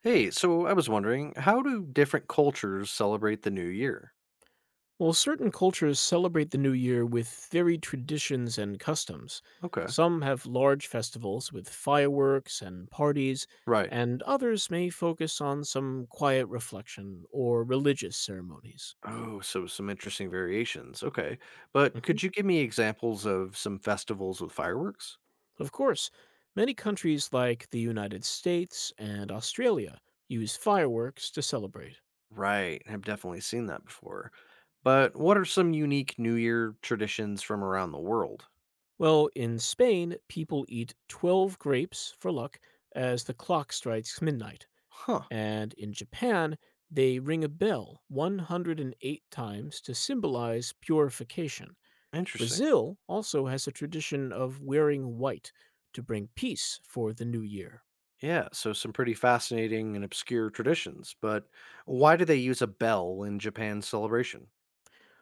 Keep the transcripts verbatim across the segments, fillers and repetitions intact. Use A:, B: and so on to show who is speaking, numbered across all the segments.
A: Hey, so I was wondering, how do different cultures celebrate the new year?
B: While certain cultures celebrate the new year with varied traditions and customs,
A: Okay.
B: some have large festivals with fireworks and parties,
A: Right.
B: and others may focus on some quiet reflection or religious ceremonies.
A: Oh, so some interesting variations. Okay. But
B: Mhm.
A: could you give me examples of some festivals with fireworks?
B: Of course, many countries like the United States and Australia use fireworks to celebrate.
A: Right. I've definitely seen that before. But what are some unique New Year traditions from around the world?
B: Well, in Spain, people eat twelve grapes for luck as the clock strikes midnight.
A: Huh.
B: And in Japan, they ring a bell a hundred and eight times to symbolize purification.
A: Interesting.
B: Brazil also has a tradition of wearing white to bring peace for the new year.
A: Yeah. So some pretty fascinating and obscure traditions. But why do they use a bell in Japan's celebration?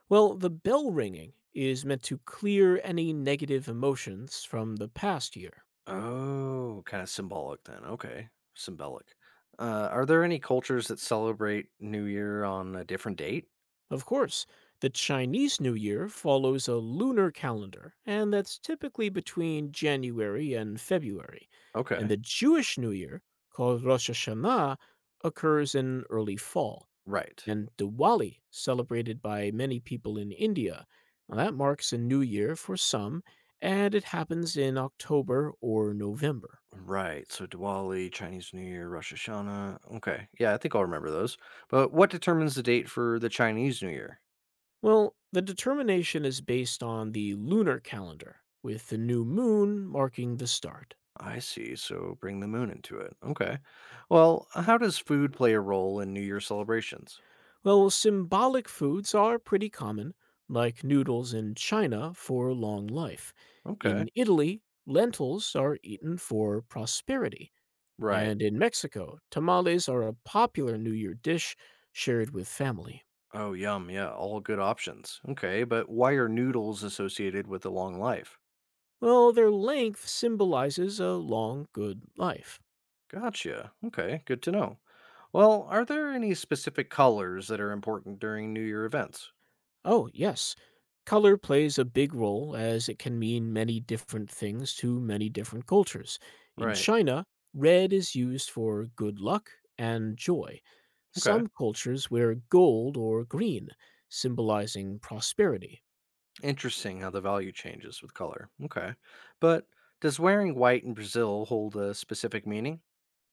B: Well, the bell ringing is meant to clear any negative emotions from the past year.
A: Oh, kind of symbolic then. Okay, symbolic. Uh, are there any cultures that celebrate New Year on a different date?
B: Of course, the Chinese New Year follows a lunar calendar, and that's typically between January and February. And the
A: Okay,
B: Jewish New Year, called Rosh Hashanah, occurs in early fall.
A: right,
B: And Diwali, celebrated by many people in India, now that marks a new year for some, and it happens in October or November.
A: right. So Diwali, Chinese New Year, Rosh Hashanah. Okay, yeah, I think I'll remember those. But what determines the date for the Chinese New Year?
B: Well, the determination is based on the lunar calendar, with the new moon marking the start.
A: I see. So bring the moon into it. Okay. Well, how does food play a role in New Year celebrations?
B: Well, symbolic foods are pretty common, like noodles in China for long life.
A: Okay,
B: In Italy, lentils are eaten for prosperity.
A: right.
B: And in Mexico, tamales are a popular New Year dish shared with family.
A: Oh, yum. Yeah, all good options. Okay, but why are noodles associated with a long life?
B: Well, their length symbolizes a long, good life.
A: Gotcha. Okay, good to know. Well, are there any specific colors that are important during New Year events?
B: Oh, yes. Color plays a big role as it can mean many different things to many different cultures. In
A: Right.
B: China, red is used for good luck and joy.
A: Okay.
B: Some cultures wear gold or green, symbolizing prosperity.
A: Interesting how the value changes with color. Okay. But does wearing white in Brazil hold a specific meaning?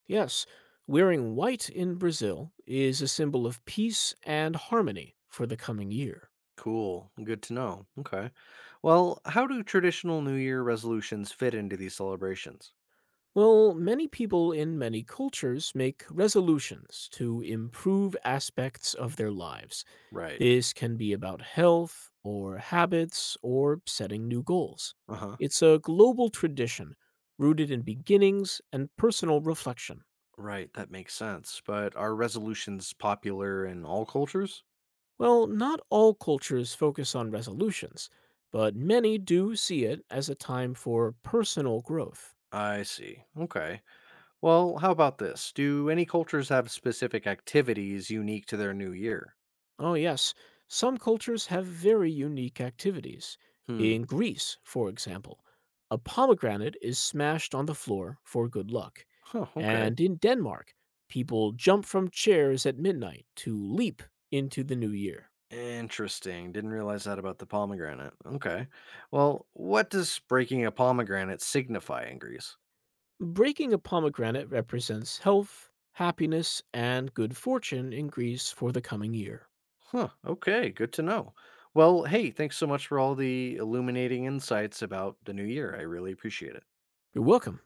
B: Yes, wearing white in Brazil is a symbol of peace and harmony for the coming year.
A: Cool. Good to know. Okay. Well, how do traditional New Year resolutions fit into these celebrations?
B: Well, many people in many cultures make resolutions to improve aspects of their lives.
A: Right.
B: This can be about health or habits or setting new goals.
A: Uh huh.
B: It's a global tradition rooted in beginnings and personal reflection.
A: Right. That makes sense. But are resolutions popular in all cultures?
B: Well, not all cultures focus on resolutions, but many do see it as a time for personal growth.
A: I see. Okay. Well, how about this? Do any cultures have specific activities unique to their new year?
B: Oh, yes. Some cultures have very unique activities.
A: Hmm.
B: In Greece, for example, a pomegranate is smashed on the floor for good luck.
A: Huh, okay.
B: And in Denmark, people jump from chairs at midnight to leap into the new year.
A: Interesting. Didn't realize that about the pomegranate. Okay. Well, what does breaking a pomegranate signify in Greece?
B: Breaking a pomegranate represents health, happiness, and good fortune in Greece for the coming year.
A: Huh, okay. Good to know. Well, hey, thanks so much for all the illuminating insights about the new year. I really appreciate it.
B: You're welcome.